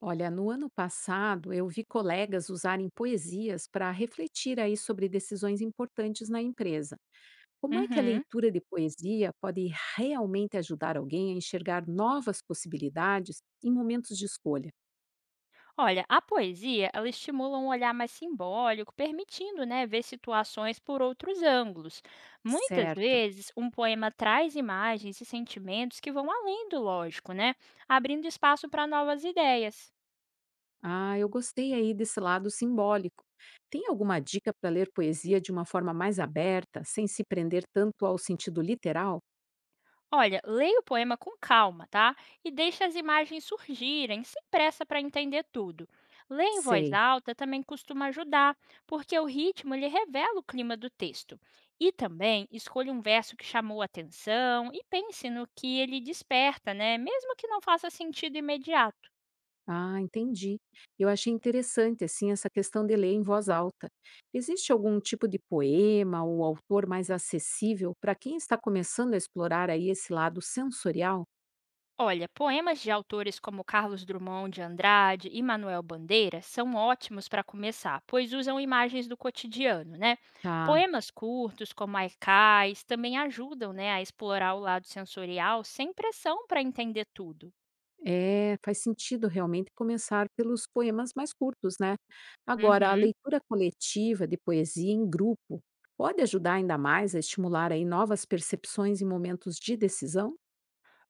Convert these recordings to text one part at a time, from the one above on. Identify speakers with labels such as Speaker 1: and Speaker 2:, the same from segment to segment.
Speaker 1: Olha, no ano passado eu vi colegas usarem poesias para refletir aí sobre decisões importantes na empresa. Como é que a
Speaker 2: Uhum.
Speaker 1: leitura de poesia pode realmente ajudar alguém a enxergar novas possibilidades em momentos de escolha?
Speaker 2: Olha, a poesia, ela estimula um olhar mais simbólico, permitindo, né, ver situações por outros ângulos. Muitas
Speaker 1: Certo.
Speaker 2: vezes, um poema traz imagens e sentimentos que vão além do lógico, né, abrindo espaço para novas ideias.
Speaker 1: Ah, eu gostei aí desse lado simbólico. Tem alguma dica para ler poesia de uma forma mais aberta, sem se prender tanto ao sentido literal?
Speaker 2: Olha, leia o poema com calma, tá? E deixe as imagens surgirem, sem pressa para entender tudo. Ler em voz
Speaker 1: Sei.
Speaker 2: alta também costuma ajudar, porque o ritmo ele revela o clima do texto. E também escolha um verso que chamou a atenção e pense no que ele desperta, né? Mesmo que não faça sentido imediato.
Speaker 1: Ah, entendi. Eu achei interessante, assim, essa questão de ler em voz alta. Existe algum tipo de poema ou autor mais acessível para quem está começando a explorar aí esse lado sensorial?
Speaker 2: Olha, poemas de autores como Carlos Drummond de Andrade e Manuel Bandeira são ótimos para começar, pois usam imagens do cotidiano, né?
Speaker 1: Tá,
Speaker 2: Poemas curtos, como Aicais, também ajudam né, a explorar o lado sensorial sem pressão para entender tudo.
Speaker 1: é, faz sentido realmente começar pelos poemas mais curtos, né? Agora, a
Speaker 2: Uhum.
Speaker 1: leitura coletiva de poesia em grupo pode ajudar ainda mais a estimular aí novas percepções em momentos de decisão?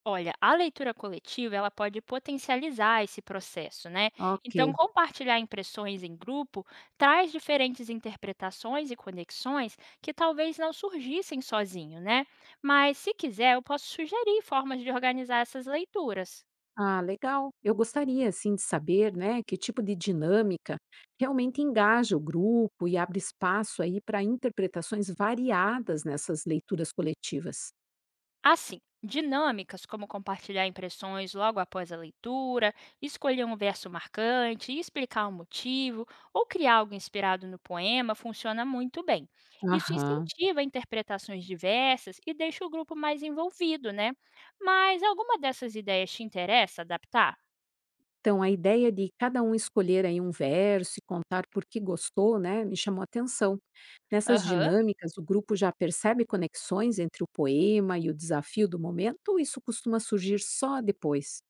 Speaker 2: Olha, a leitura coletiva, ela pode potencializar esse processo, né? Então,
Speaker 1: Ok.
Speaker 2: compartilhar impressões em grupo traz diferentes interpretações e conexões que talvez não surgissem sozinho, né? Mas se quiser, eu posso sugerir formas de organizar essas leituras.
Speaker 1: Ah, legal. Eu gostaria, assim, de saber, né, que tipo de dinâmica realmente engaja o grupo e abre espaço aí para interpretações variadas nessas leituras coletivas.
Speaker 2: Assim, dinâmicas como compartilhar impressões logo após a leitura, escolher um verso marcante, explicar o motivo ou criar algo inspirado no poema funciona muito bem. Isso
Speaker 1: Aham.
Speaker 2: incentiva interpretações diversas e deixa o grupo mais envolvido, né? Mas alguma dessas ideias te interessa adaptar?
Speaker 1: Então, a ideia de cada um escolher aí um verso e contar por que gostou, né, me chamou a atenção. Nessas
Speaker 2: Aham.
Speaker 1: dinâmicas, o grupo já percebe conexões entre o poema e o desafio do momento, ou isso costuma surgir só depois?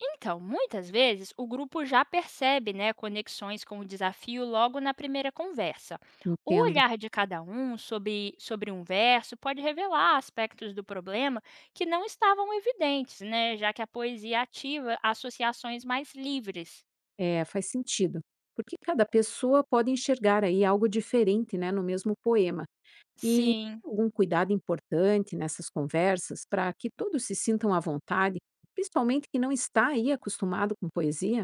Speaker 2: Então, muitas vezes o grupo já percebe né, conexões com o desafio logo na primeira conversa. O
Speaker 1: Entendo.
Speaker 2: olhar de cada um sobre um verso pode revelar aspectos do problema que não estavam evidentes, né, já que a poesia ativa associações mais livres.
Speaker 1: É, faz sentido. Porque cada pessoa pode enxergar aí algo diferente, né, no mesmo poema. E
Speaker 2: Sim.
Speaker 1: tem algum cuidado importante nessas conversas para que todos se sintam à vontade, principalmente quem não está aí acostumado com poesia?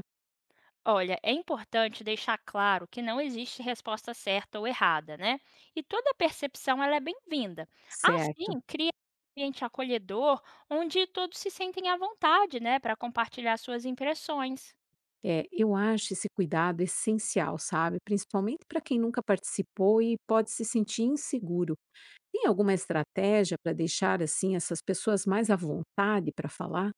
Speaker 2: Olha, é importante deixar claro que não existe resposta certa ou errada, né? E toda percepção ela é bem-vinda.
Speaker 1: Certo.
Speaker 2: Assim, cria um ambiente acolhedor onde todos se sentem à vontade, né, para compartilhar suas impressões.
Speaker 1: É, eu acho esse cuidado essencial, sabe? Principalmente para quem nunca participou e pode se sentir inseguro. Tem alguma estratégia para deixar assim essas pessoas mais à vontade para falar?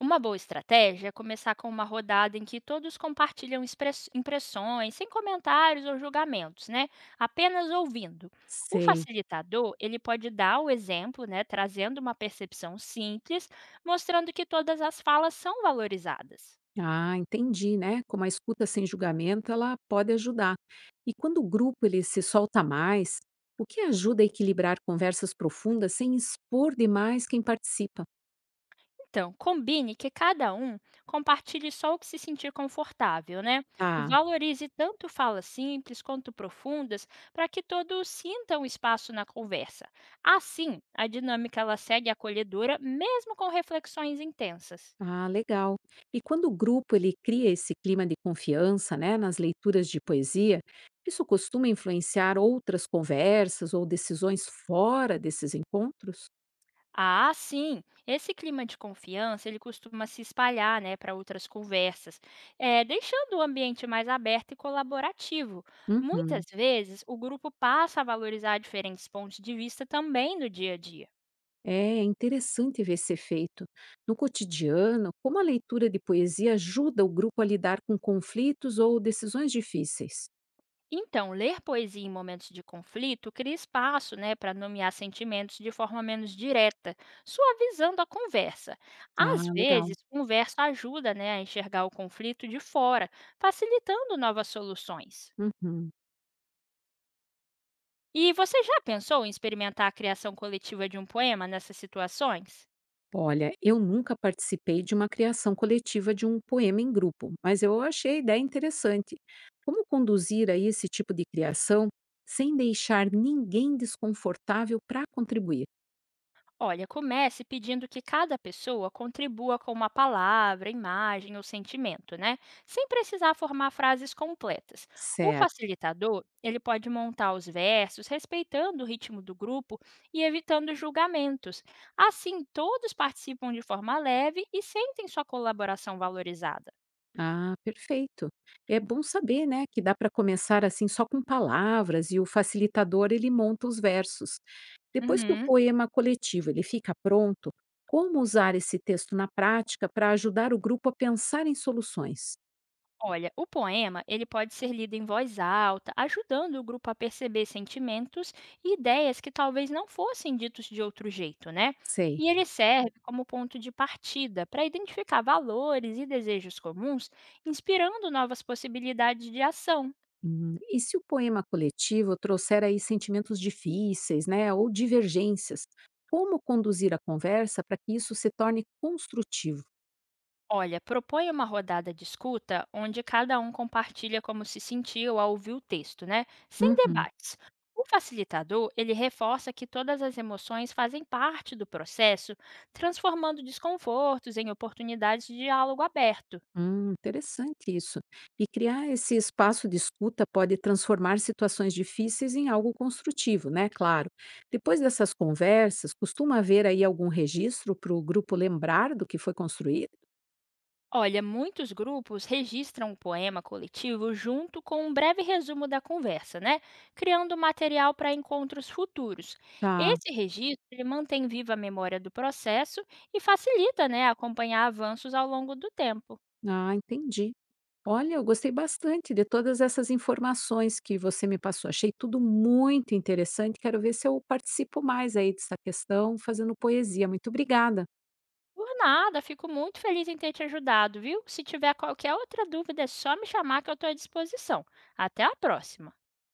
Speaker 2: Uma boa estratégia é começar com uma rodada em que todos compartilham impressões, sem comentários ou julgamentos, né? Apenas ouvindo. O
Speaker 1: Sei.
Speaker 2: facilitador, ele pode dar o exemplo, né, trazendo uma percepção simples, mostrando que todas as falas são valorizadas.
Speaker 1: Ah, entendi, né? Como a escuta sem julgamento, ela pode ajudar. E quando o grupo ele se solta mais, o que ajuda a equilibrar conversas profundas sem expor demais quem participa?
Speaker 2: Então, combine que cada um compartilhe só o que se sentir confortável, né?
Speaker 1: Ah,
Speaker 2: Valorize tanto falas simples quanto profundas para que todos sintam espaço na conversa. Assim, a dinâmica ela segue acolhedora mesmo com reflexões intensas.
Speaker 1: ah, legal. E quando o grupo ele cria esse clima de confiança, né, nas leituras de poesia, isso costuma influenciar outras conversas ou decisões fora desses encontros?
Speaker 2: Ah, sim. Esse clima de confiança, ele costuma se espalhar, né, para outras conversas, deixando o ambiente mais aberto e colaborativo.
Speaker 1: Uhum.
Speaker 2: Muitas vezes, o grupo passa a valorizar diferentes pontos de vista também no dia a dia.
Speaker 1: É interessante ver esse efeito. No cotidiano, como a leitura de poesia ajuda o grupo a lidar com conflitos ou decisões difíceis?
Speaker 2: Então, ler poesia em momentos de conflito cria espaço, né, para nomear sentimentos de forma menos direta, suavizando a conversa.
Speaker 1: Ah,
Speaker 2: Às
Speaker 1: legal.
Speaker 2: vezes, um verso ajuda, né, a enxergar o conflito de fora, facilitando novas soluções.
Speaker 1: Uhum.
Speaker 2: E você já pensou em experimentar a criação coletiva de um poema nessas situações?
Speaker 1: Olha, eu nunca participei de uma criação coletiva de um poema em grupo, mas eu achei a ideia interessante. Como conduzir aí esse tipo de criação sem deixar ninguém desconfortável para contribuir?
Speaker 2: Olha, comece pedindo que cada pessoa contribua com uma palavra, imagem ou sentimento, né? Sem precisar formar frases completas. O
Speaker 1: Certo.
Speaker 2: facilitador, ele pode montar os versos respeitando o ritmo do grupo e evitando julgamentos. Assim, todos participam de forma leve e sentem sua colaboração valorizada.
Speaker 1: Ah, perfeito. É bom saber, né, que dá para começar assim só com palavras e o facilitador ele monta os versos. Depois que o
Speaker 2: Uhum.
Speaker 1: poema coletivo ele fica pronto, como usar esse texto na prática para ajudar o grupo a pensar em soluções?
Speaker 2: Olha, o poema, ele pode ser lido em voz alta, ajudando o grupo a perceber sentimentos e ideias que talvez não fossem ditos de outro jeito, né?
Speaker 1: Sei.
Speaker 2: E ele serve como ponto de partida para identificar valores e desejos comuns, inspirando novas possibilidades de ação.
Speaker 1: E se o poema coletivo trouxer aí sentimentos difíceis, né, ou divergências, como conduzir a conversa para que isso se torne construtivo?
Speaker 2: Olha, propõe uma rodada de escuta onde cada um compartilha como se sentiu ao ouvir o texto, né? Sem
Speaker 1: Uhum.
Speaker 2: debates. O facilitador, ele reforça que todas as emoções fazem parte do processo, transformando desconfortos em oportunidades de diálogo aberto.
Speaker 1: Interessante isso. E criar esse espaço de escuta pode transformar situações difíceis em algo construtivo, né? Claro. Depois dessas conversas, costuma haver aí algum registro para o grupo lembrar do que foi construído?
Speaker 2: Olha, muitos grupos registram o poema coletivo junto com um breve resumo da conversa, né? Criando material para encontros futuros.
Speaker 1: Tá.
Speaker 2: Esse registro ele mantém viva a memória do processo e facilita, né, acompanhar avanços ao longo do tempo.
Speaker 1: Ah, entendi. Olha, eu gostei bastante de todas essas informações que você me passou. Achei tudo muito interessante. Quero ver se eu participo mais aí dessa questão fazendo poesia. Muito obrigada.
Speaker 2: Por nada, fico muito feliz em ter te ajudado, viu? Se tiver qualquer outra dúvida, é só me chamar que eu estou à disposição. Até a próxima!